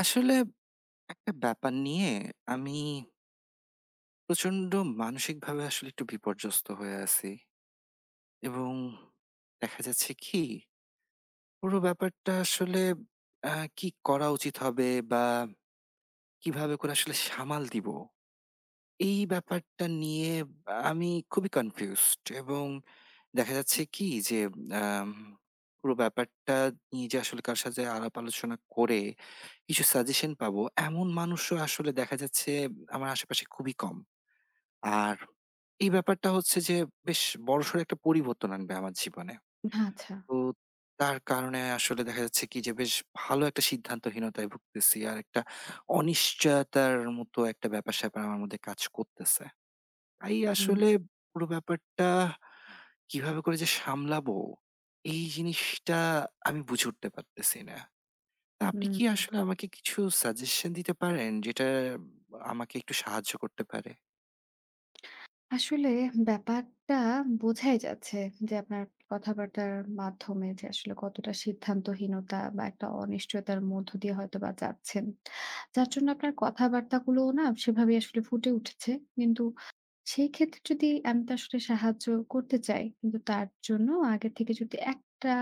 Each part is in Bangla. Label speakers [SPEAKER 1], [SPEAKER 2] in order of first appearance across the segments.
[SPEAKER 1] আসলে একটা ব্যাপার নিয়ে আমি প্রচন্ড মানসিকভাবে আসলে একটু বিপর্যস্ত হয়ে আছি। এবং দেখা যাচ্ছে কি পুরো ব্যাপারটা আসলে কি করা উচিত হবে বা কিভাবে করে আসলে সামাল দিব, এই ব্যাপারটা নিয়ে আমি খুবই কনফিউজড। এবং দেখা যাচ্ছে কি যে আম পুরো ব্যাপারটা নিয়ে যে আসলে কার সাথে আলাপ আলোচনা করে কিছু সাজেশন পাবো, এমন মানুষও আসলে দেখা যাচ্ছে আমার আশেপাশে খুবই কম। আর এই ব্যাপারটা হচ্ছে যে বেশ বড়সড় একটা পরিবর্তন আনবে আমার জীবনে।
[SPEAKER 2] আচ্ছা।
[SPEAKER 1] তো তার কারণে আসলে দেখা যাচ্ছে কি যে বেশ ভালো একটা সিদ্ধান্তহীনতায় ভুগতেছি। আর একটা অনিশ্চয়তার মতো একটা ব্যাপার-স্যাপার আমার মধ্যে কাজ করতেছে। তাই
[SPEAKER 2] হুম,
[SPEAKER 1] আসলে পুরো ব্যাপারটা কিভাবে করে যে সামলাবো, এই জিনিসটা আমি বুঝে উঠতে পারতেছি না। তা আপনি কি
[SPEAKER 2] হুম।
[SPEAKER 1] আসলে আমাকে কিছু সাজেশন দিতে পারেন, যেটা আমাকে একটু সাহায্য করতে পারে?
[SPEAKER 2] আসলে ব্যাপারটা বোঝাই যাচ্ছে যে আপনার কথাবার্তার মাধ্যমে যে আসলে কতটা সিদ্ধান্তহীনতা বা একটা অনিশ্চয়তার মধ্য দিয়ে হয়তো বা যাচ্ছেন যার জন্য আপনার কথাবার্তাগুলো না সেভাবে আসলে ফুটে উঠেছে কিন্তু সেই ক্ষেত্রে যদি আমি তো আসলে সাহায্য করতে চাই কিন্তু তার জন্য আগে থেকে যদি একটা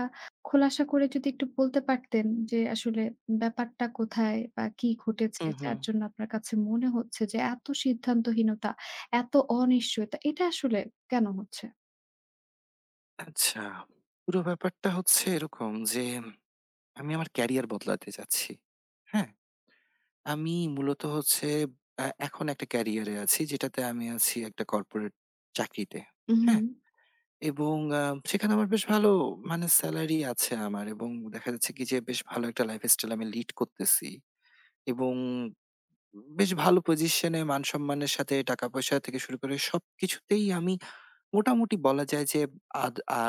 [SPEAKER 2] খোলাসা করে যদি একটু বলতে পারতেন যে আসলে ব্যাপারটা কোথায় বা কি ঘটেছে
[SPEAKER 1] হুম, হুম।
[SPEAKER 2] যার জন্য আপনার কাছে মনে হচ্ছে যে এত সিদ্ধান্তহীনতা এত অনিশ্চয়তা, এটা আসলে কেন হচ্ছে?
[SPEAKER 1] আচ্ছা, পুরো ব্যাপারটা হচ্ছে এরকম যে আমি আমার ক্যারিয়ার বদলাতে চাচ্ছি। হ্যাঁ? আমি মূলত হচ্ছে এখন একটা ক্যারিয়ারে আছি, যেটাতে আমি আছি একটা কর্পোরেট চাকরিতে।
[SPEAKER 2] উহু,
[SPEAKER 1] হ্যাঁ? এবং সেখানে আমার বেশ ভালো মানে সেলারি আছে আমার। এবং দেখা যাচ্ছে কি যে বেশ ভালো একটা লাইফস্টাইল আমি লিড করতেছি। এবং বেশ ভালো পজিশনে মান-সম্মানের সাথে টাকা-পয়সা থেকে শুরু করে সবকিছুতেই আমি মোটামুটি বলা যায় যে আদ আ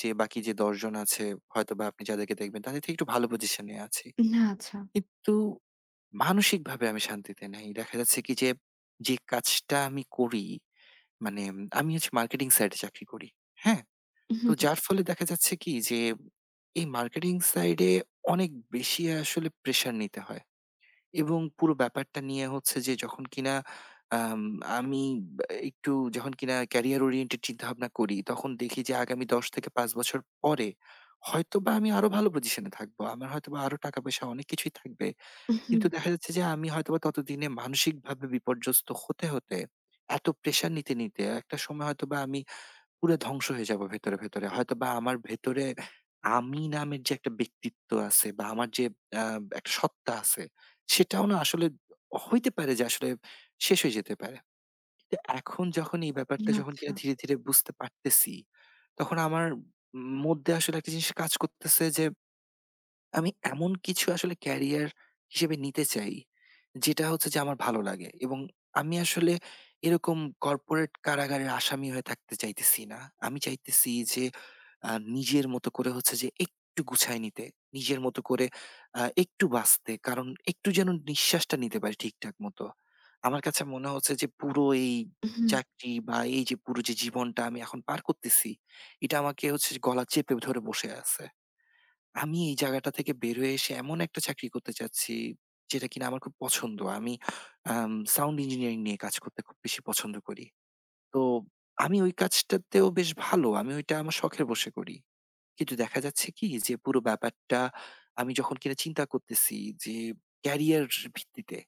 [SPEAKER 1] যে বাকি যে ১০ জন আছে হয়তোবা আপনি যাদেরকে দেখবেন, তাদের থেকে একটু ভালো পজিশনে আছি।
[SPEAKER 2] না আচ্ছা।
[SPEAKER 1] কিন্তু মানসিকভাবে আমি শান্তিতে নাই। দেখা যাচ্ছে কি যে, যে কাজটা আমি করি, মানে আমি হচ্ছে মার্কেটিং সাইডে চাকরি করি। হ্যাঁ? তো
[SPEAKER 2] উহু,
[SPEAKER 1] যার ফলে দেখা যাচ্ছে কি যে এই মার্কেটিং সাইডে অনেক বেশি আসলে প্রেশার নিতে হয়। এবং পুরো ব্যাপারটা নিয়ে হচ্ছে যে যখন কিনা আম, আমি বা একটু যখন কিনা ক্যারিয়ার ওরিয়েন্টেড চিন্তা ভাবনা করি, তখন দেখি যে আগামী ১০ থেকে ৫ বছর পরে হয়তোবা আমি আরো ভালো পজিশনে থাকবো, আমার হয়তোবা আরো টাকা পয়সা অনেক কিছুই থাকবে।
[SPEAKER 2] উহু,
[SPEAKER 1] কিন্তু দেখা যাচ্ছে যে আমি হয়তোবা ততদিনে মানসিকভাবে বিপর্যস্ত হতে হতে, এত প্রেশার নিতে নিতে একটা সময় হয়তোবা আমি পুরো ধ্বংস হয়ে যাব ভেতরে, ভেতরে। হয়তোবা আমার ভেতরে আমি নামের যে একটা ব্যক্তিত্ব আছে বা আমার যে আ একটা সত্তা আছে, সেটাও না আসলে হইতে পারে যে আসলে শেষ হয়ে যেতে পারে। তো এখন যখন এই ব্যাপারটা যখন কিনা
[SPEAKER 2] আচ্ছা,
[SPEAKER 1] ধীরে, ধীরে বুঝতে পারতেছি, তখন আমার মধ্যে আসলে একটা জিনিস কাজ করতেছে, যে আমি এমন কিছু আসলে ক্যারিয়ার হিসেবে নিতে চাই, যেটা হচ্ছে যে আমার ভালো লাগে। এবং আমি আসলে এরকম কর্পোরেট কারাগারের আসামি হয়ে থাকতে চাইতেছি না। আমি চাইতেছি যে আ নিজের মতো করে হচ্ছে যে একটু গুছায় নিতে, নিজের মতো করে একটু বাঁচতে। কারণ একটু যেন নিঃশ্বাসটা নিতে পারি ঠিকঠাক মতো। আমার কাছে মনে হচ্ছে যে পুরো এই
[SPEAKER 2] উহু,
[SPEAKER 1] চাকরি বা এই যে পুরো যে জীবনটা আমি এখন পার করতেছি, এটা আমাকে হচ্ছে যে গলা চেপে ধরে বসে আছে। আমি এই জায়গাটা থেকে বের হয়ে এসে এমন একটা চাকরি করতে চাচ্ছি, যেটা কিনা আমার খুব পছন্দ। আমি সাউন্ড ইঞ্জিনিয়ারিং নিয়ে কাজ করতে খুব বেশি পছন্দ করি। তো আমি ওই কাজটাতেও বেশ ভালো। আমি ওইটা আমার শখের বশে করি। কিন্তু দেখা যাচ্ছে কি যে পুরো ব্যাপারটা আমি যখন কিনা চিন্তা করতেছি যে ক্যারিয়ার ভিত্তিতে,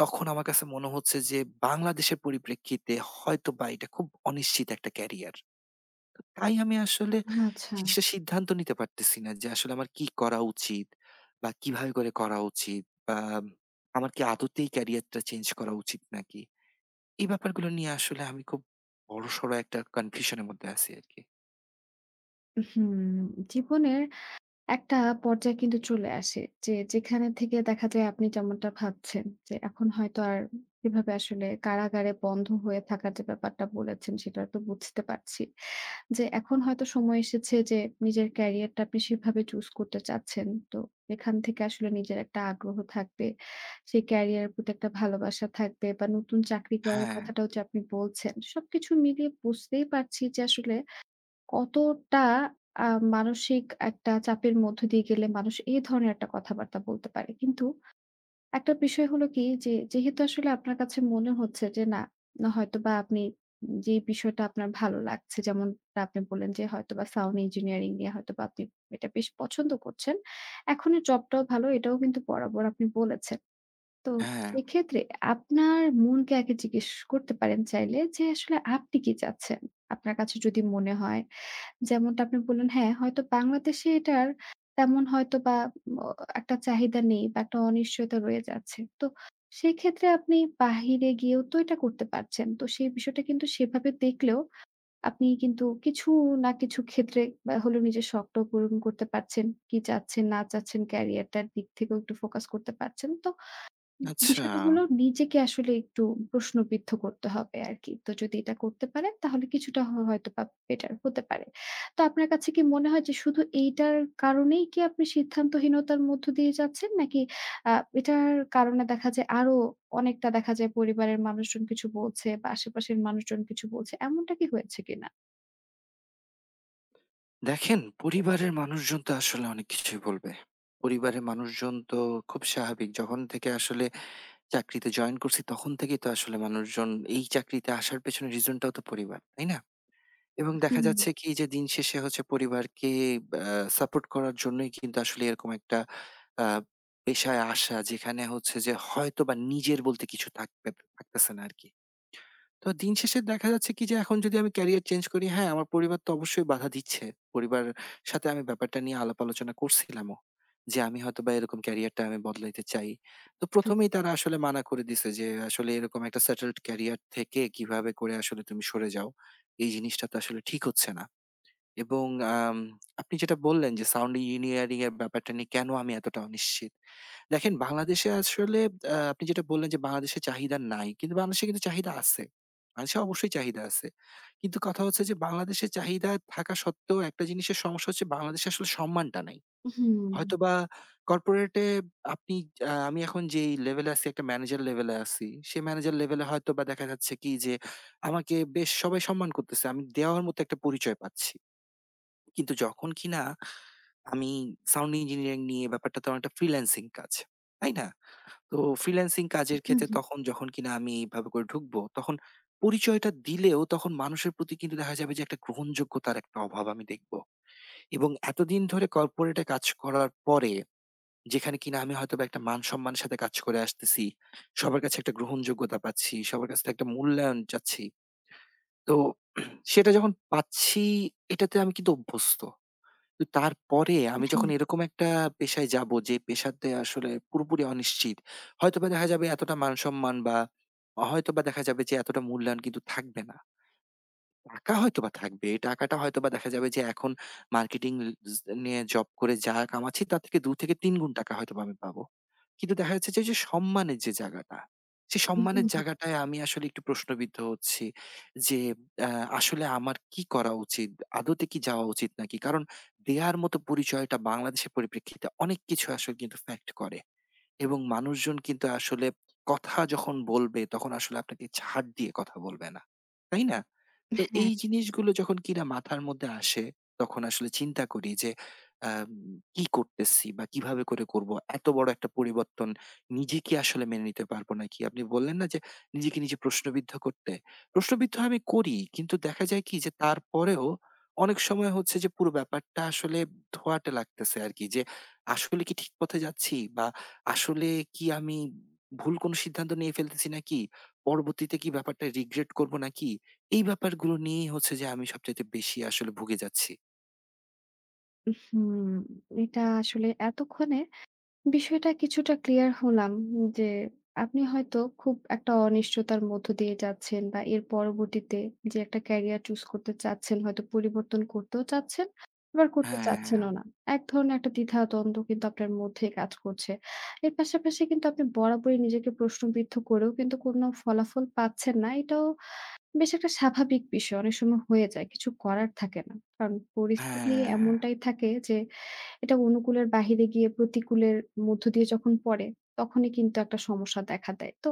[SPEAKER 1] তখন আমার কাছে মনে হচ্ছে যে বাংলাদেশের পরিপ্রেক্ষিতে হয়তোবা এটা খুব অনিশ্চিত একটা ক্যারিয়ার। তাই আমি আসলে
[SPEAKER 2] আচ্ছা।
[SPEAKER 1] জিনিসটা সিদ্ধান্ত নিতে পারতেছি না যে আসলে আমার কি করা উচিত, বা কিভাবে করে করা উচিত, বা আমার কি আদতেই ক্যারিয়ারটা চেঞ্জ করা উচিত নাকি? এই ব্যাপারগুলো নিয়ে আসলে আমি খুব বড়সড় একটা কনফিউশন এর মধ্যে আছি আরকি।
[SPEAKER 2] হুম, জীবনের একটা পর্যায়ে কিন্তু চলে আসে যে, যেখানে থেকে দেখা যায় আপনি যেমনটা ভাবছেন যে, এখন হয়তো আর এভাবে আসলে কারাগারে বন্ধ হয়ে থাকার যে ব্যাপারটা বলেছেন সেটা তো বুঝতে পারছি। যে এখন হয়তো সময় এসেছে যে নিজের ক্যারিয়ারটা আপনি সেভাবে চুজ করতে চাচ্ছেন। তো এখান থেকে আসলে নিজের একটা আগ্রহ থাকবে। সেই ক্যারিয়ারের প্রতি একটা ভালোবাসা থাকবে বা নতুন চাকরি করার
[SPEAKER 1] হ্যাঁ,
[SPEAKER 2] কথাটাও যে আপনি বলছেন। সবকিছু মিলিয়ে বুঝতেই পারছি যে আসলে কতটা আ মানসিক একটা চাপের মধ্য দিয়ে গেলে মানুষ এই ধরনের একটা কথাবার্তা বলতে পারে। কিন্তু একটা বিষয় হলো কি যে, যেহেতু আসলে আপনার কাছে মনে হচ্ছে যে না, না হয়তোবা আপনি যে বিষয়টা আপনার ভালো লাগছে যেমনটা আপনি বললেন যে হয়তোবা সাউন্ড ইঞ্জিনিয়ারিং নিয়ে হয়তোবা আপনি এটা বেশ পছন্দ করছেন। এখনের জবটাও ভালো এটাও কিন্তু বরাবর আপনি বলেছেন। তো
[SPEAKER 1] হ্যাঁ।
[SPEAKER 2] সেক্ষেত্রে আপনার মনকে আগে জিজ্ঞেস করতে পারেন চাইলে যে আসলে আপনি কি চাচ্ছেন? আপনার কাছে যদি মনে হয় যেমনটা আপনি বললেন, হ্যাঁ, হয়তো বাংলাদেশে এটার তেমন হয়তোবা ম একটা চাহিদা নেই বা একটা অনিশ্চয়তা রয়ে যাচ্ছে। তো সেক্ষেত্রে আপনি বাহিরে গিয়েও তো এটা করতে পারছেন। তো সেই বিষয়টা কিন্তু সেভাবে দেখলেও আপনি কিন্তু কিছু না কিছু ক্ষেত্রে বা হলেও নিজের শখটাও পূরণ করতে পারছেন। কি চাচ্ছেন, না চাচ্ছেন ক্যারিয়ারটার দিক থেকেও একটু ফোকাস করতে পারছেন। তো
[SPEAKER 1] আচ্ছা,
[SPEAKER 2] বিষয়টা হলো নিজেকে আসলে একটু প্রশ্নবিদ্ধ করতে হবে আরকি। তো যদি এটা করতে পারেন তাহলে কিছুটা হয়তোবা বেটার হতে পারে। তো আপনার কাছে কি মনে হয় যে শুধু এইটার কারণেই কি আপনি সিদ্ধান্তহীনতার মধ্য দিয়ে যাচ্ছেন? নাকি আ এটার কারণে দেখা যায় আরো অনেকটা দেখা যায় পরিবারের মানুষজন কিছু বলছে বা আশেপাশের মানুষজন কিছু বলছে। এমনটা কি হয়েছে কিনা?
[SPEAKER 1] দেখেন পরিবারের মানুষজন তো আসলে অনেক কিছুই বলবে। পরিবারের মানুষজন তো খুব স্বাভাবিক। যখন থেকে আসলে চাকরিতে জয়েন করছি তখন থেকেই তো আসলে মানুষজন, এই চাকরিতে আসার পেছনে রিজনটাও তো পরিবার, তাই না? এবং দেখা
[SPEAKER 2] হুম,
[SPEAKER 1] যাচ্ছে কি যে দিন শেষে হচ্ছে পরিবারকে আ সাপোর্ট করার জন্যই কিন্তু আসলে এরকম একটা আ পেশায় আসা, যেখানে হচ্ছে যে হয়তোবা নিজের বলতে কিছু থাকবে থাকতেছে না আরকি। তো দিন শেষে দেখা যাচ্ছে কি যে এখন যদি আমি ক্যারিয়ার চেঞ্জ করি, হ্যাঁ, আমার পরিবার তো অবশ্যই বাধা দিচ্ছে। পরিবারের সাথে আমি ব্যাপারটা নিয়ে আলাপ আলোচনা করছিলামও, যে আমি হয়তোবা এরকম ক্যারিয়ারটা আমি বদলাইতে চাই। তো
[SPEAKER 2] আচ্ছা।
[SPEAKER 1] ১ম এই তারা আসলে মানা করে দিছে, যে আসলে এরকম একটা সেটেলড ক্যারিয়ার থেকে কিভাবে করে আসলে তুমি সরে যাও। এই জিনিসটা তো আসলে ঠিক হচ্ছে না। এবং আম আপনি যেটা বললেন যে সাউন্ড ইঞ্জিনিয়ারিং এর ব্যাপারটা নিয়ে কেন আমি এতটা অনিশ্চিত। দেখেন বাংলাদেশে আসলে আপনি যেটা বললেন যে বাংলাদেশে চাহিদা নাই। কিন্তু বাংলাদেশে কিন্তু চাহিদা আছে। বাংলাদেশে অবশ্যই চাহিদা আছে। কিন্তু কথা হচ্ছে যে বাংলাদেশে চাহিদা থাকা সত্ত্বেও একটা জিনিসের সমস্যা হচ্ছে, বাংলাদেশে আসলে সম্মানটা নাই।
[SPEAKER 2] হুম,
[SPEAKER 1] হয়তোবা কর্পোরেটে আপনি আমি এখন যেই লেভেলে আছি, একটা ম্যানেজার লেভেলে আছি। সেই ম্যানেজার লেভেলে হয়তোবা দেখা যাচ্ছে কি যে আমাকে বেশ সবাই সম্মান করতেছে। আমি দেওয়ার মতো একটা পরিচয় পাচ্ছি। কিন্তু যখন কিনা আমি সাউন্ড ইঞ্জিনিয়ারিং নিয়ে, ব্যাপারটা তো অনেকটা ফ্রিল্যান্সিং কাজ। তাই না? তো ফ্রিল্যান্সিং কাজের
[SPEAKER 2] হুম,
[SPEAKER 1] ক্ষেত্রে
[SPEAKER 2] হুম,
[SPEAKER 1] তখন যখন কিনা আমি এইভাবে করে ঢুকবো, তখন পরিচয়টা দিলেও তখন মানুষের প্রতি কিন্তু দেখা যাবে যে একটা গ্রহণযোগ্যতার একটা অভাব আমি দেখব। এবং এতদিন ধরে কর্পোরেটে কাজ করার পরে, যেখানে কিনা আমি হয়তোবা একটা মান-সম্মানের সাথে কাজ করে আসতেছি। সবার কাছে একটা গ্রহণযোগ্যতা পাচ্ছি, সবার কাছ থেকে একটা মূল্যায়ন চাচ্ছি। তো সেটা যখন পাচ্ছি, এটাতে আমি কিন্তু অভ্যস্ত। তো তারপরে আমি যখন এরকম একটা পেশায় যাব, যে পেশাতে আসলে পুরোপুরি অনিশ্চিত। হয়তোবা দেখা যাবে এতটা মান-সম্মান, বা হয়তোবা দেখা যাবে যে এতটা মূল্যায়ন কিন্তু থাকবে না। টাকা হয়তোবা থাকবে। এই টাকাটা হয়তোবা দেখা যাবে যে এখন মার্কেটিং জ নিয়ে জব করে যা কামাচ্ছি, তার থেকে ২ থেকে ৩ গুণ টাকা হয়তোবা আমি পাবো। কিন্তু দেখা যাচ্ছে যে, ওই যে সম্মানের যে জায়গাটা, সেই
[SPEAKER 2] হুম, হুম,
[SPEAKER 1] সম্মানের জায়গাটায় আমি আসলে একটু প্রশ্নবিদ্ধ হচ্ছি যে, আ আসলে আমার কি করা উচিত? আদতে কি যাওয়া উচিত নাকি? কারণ দেয়ার মতো পরিচয়টা বাংলাদেশের পরিপ্রেক্ষিতে অনেক কিছু আসলে কিন্তু ফ্যাক্ট করে। এবং মানুষজন কিন্তু আসলে কথা যখন বলবে তখন আসলে আপনাকে ছাড় দিয়ে কথা বলবে না। তাই না? তো
[SPEAKER 2] হ্যাঁ,
[SPEAKER 1] এই জিনিসগুলো যখন কিনা মাথার মধ্যে আসে, তখন আসলে চিন্তা করি যে আম কি করতেছি বা কিভাবে করে করব? এত বড় একটা পরিবর্তন নিজে কি আসলে মেনে নিতে পারব নাকি? আপনি বললেন না যে নিজেকে নিজে প্রশ্নবিদ্ধ করতে। প্রশ্নবিদ্ধ আমি করি, কিন্তু দেখা যায় কি যে তারপরেও অনেক সময় হচ্ছে যে পুরো ব্যাপারটা আসলে ধোঁয়াটে লাগতেছে আরকি, যে আসলে কি ঠিক পথে যাচ্ছি, বা আসলে কি আমি ভুল কোনো সিদ্ধান্ত নিয়ে ফেলতেছি নাকি? পরবর্তীতে কি ব্যাপারটা রিগ্রেট করব নাকি? এই ব্যাপারগুলো নিয়েই হচ্ছে যে আমি সবচাইতে বেশি আসলে ভুগে যাচ্ছি।
[SPEAKER 2] হুম। এটা আসলে এতক্ষণে বিষয়টা কিছুটা ক্লিয়ার হলাম যে আপনি হয়তো খুব একটা অনিশ্চয়তার মধ্য দিয়ে যাচ্ছেন বা এর পরবর্তীতে যে একটা ক্যারিয়ার চুজ করতে চাচ্ছেন হয়তো পরিবর্তন করতেও চাচ্ছেন আবার করতে
[SPEAKER 1] হ্যাঁ,
[SPEAKER 2] চাচ্ছেনও না এক ধরনের একটা দ্বিধা দ্বন্দ্ব কিন্তু আপনার মধ্যে কাজ করছে এর পাশাপাশি কিন্তু আপনি বরাবরই নিজেকে প্রশ্নবিদ্ধ করেও কিন্তু কোনো ফলাফল পাচ্ছেন না এটাও বেশ একটা স্বাভাবিক বিষয় অনেক সময় হয়ে যায় কিছু করার থাকে না কারণ পরিস্থিতি
[SPEAKER 1] হ্যাঁ।
[SPEAKER 2] এমনটাই থাকে যে এটা অনুকূলের বাহিরে গিয়ে প্রতিকূলের মধ্য দিয়ে যখন পড়ে, তখনই কিন্তু একটা সমস্যা দেখা দেয়। তো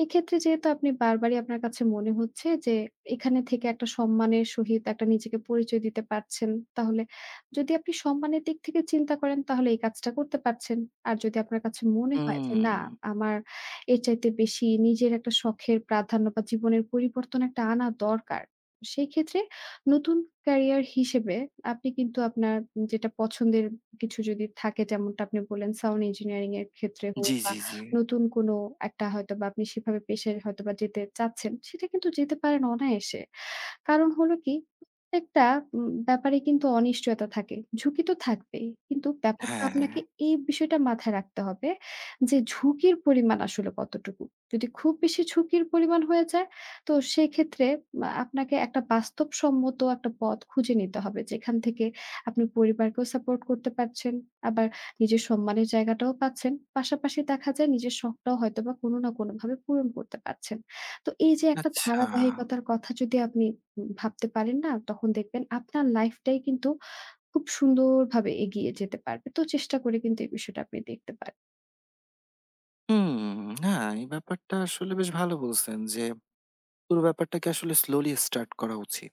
[SPEAKER 2] এই ক্ষেত্রে যেহেতু আপনি বারবারই আপনার কাছে মনে হচ্ছে যে এখানে থেকে একটা সম্মানের সহিত একটা নিজেকে পরিচয় দিতে পারছেন। তাহলে যদি আপনি সম্মানের দিক থেকে চিন্তা করেন তাহলে এই কাজটা করতে পারছেন। আর যদি আপনার কাছে মনে হয় যে
[SPEAKER 1] হুম।
[SPEAKER 2] না আমার এর চাইতে বেশি নিজের একটা শখের প্রাধান্য বা জীবনের পরিবর্তন একটা আনা দরকার। সেই ক্ষেত্রে নতুন ক্যারিয়ার হিসেবে আপনি কিন্তু আপনার যেটা পছন্দের কিছু যদি থাকে যেমনটা আপনি বললেন সাউন্ড ইঞ্জিনিয়ারিং এর ক্ষেত্রে হোক
[SPEAKER 1] জি,
[SPEAKER 2] বা
[SPEAKER 1] জি, জি।
[SPEAKER 2] নতুন কোনো একটা হয়তোবা আপনি সেভাবে পেশায় হয়তোবা যেতে চাচ্ছেন, সেটা কিন্তু যেতে পারেন অনায়াসে। কারণ হলো কি, প্রত্যেকটা ব্যাপারে কিন্তু অনিশ্চয়তা থাকে। ঝুঁকি তো থাকবেই। কিন্তু ব্যাপারটা
[SPEAKER 1] হ্যাঁ।
[SPEAKER 2] আপনাকে এই বিষয়টা মাথায় রাখতে হবে যে ঝুঁকির পরিমাণ আসলে কতটুকু? যদি খুব বেশি ঝুঁকির পরিমাণ হয়ে যায়, তো সেক্ষেত্রে আপনাকে একটা বাস্তবসম্মত একটা পথ খুঁজে নিতে হবে। যেখান থেকে আপনি পরিবারকেও সাপোর্ট করতে পারছেন, আবার নিজের সম্মানের জায়গাটাও পাচ্ছেন। পাশাপাশি দেখা যায় নিজের শখটাও হয়তোবা কোনো না কোনোভাবে পূরণ করতে পারছেন। তো এই যে একটা
[SPEAKER 1] আচ্ছা।
[SPEAKER 2] ধারাবাহিকতার কথা যদি আপনি ভাবতে পারেন না, তখন দেখবেন আপনার লাইফটাই কিন্তু খুব সুন্দরভাবে এগিয়ে যেতে পারবে। তো চেষ্টা করে কিন্তু এই বিষয়টা আপনি দেখতে পারেন।
[SPEAKER 1] হুম। না, এই ব্যাপারটা আসলে বেশ ভালো বলছেন যে পুরো ব্যাপারটাকে আসলে স্লোলি স্টার্ট করা উচিত।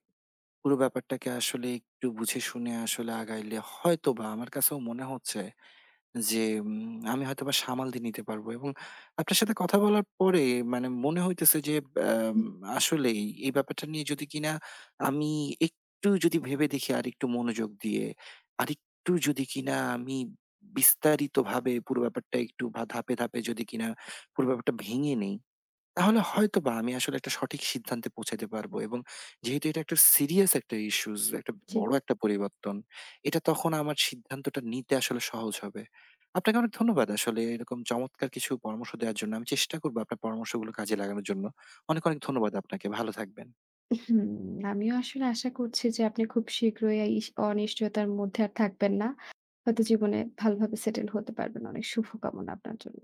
[SPEAKER 1] পুরো ব্যাপারটাকে আসলে একটু বুঝে শুনে আসলে আগাইলে হয়তোবা আমার কাছেও মনে হচ্ছে যে আমি হয়তোবা সামাল দিয়ে নিতে পারবো। এবং আপনার সাথে কথা বলার পরে মানে মনে হইতেছে যে আম
[SPEAKER 2] হুম,
[SPEAKER 1] আসলেই এই ব্যাপারটা নিয়ে যদি কিনা আমি একটু যদি ভেবে দেখি আরেকটু মনোযোগ দিয়ে, আরেকটু যদি কিনা আমি বিস্তারিতভাবে পুরো ব্যাপারটা একটু ধাপে, ধাপে যদি কিনা পুরো ব্যাপারটা ভেঙে নেই, তাহলে হয়তোবা আমি আসলে একটা সঠিক সিদ্ধান্তে পৌঁছাতে পারবো। এবং যেহেতু এটা একটা সিরিয়াস একটা ইস্যুস, একটা
[SPEAKER 2] জি।
[SPEAKER 1] বড় একটা পরিবর্তন, এটা তখন আমার সিদ্ধান্তটা নিতে আসলে সহজ হবে। আপনাকে অনেক ধন্যবাদ আসলে এরকম চমৎকার কিছু পরামর্শ দেওয়ার জন্য। আমি চেষ্টা করবো আপনার পরামর্শগুলো কাজে লাগানোর জন্য। অনেক, অনেক ধন্যবাদ আপনাকে। ভালো থাকবেন।
[SPEAKER 2] হুম, আমিও আসলে আশা করছি যে আপনি খুব শীঘ্রই এই অনিশ্চয়তার মধ্যে আর থাকবেন না। হয়তো জীবনে ভালোভাবে সেটেল হতে পারবেন। অনেক শুভকামনা আপনার জন্য।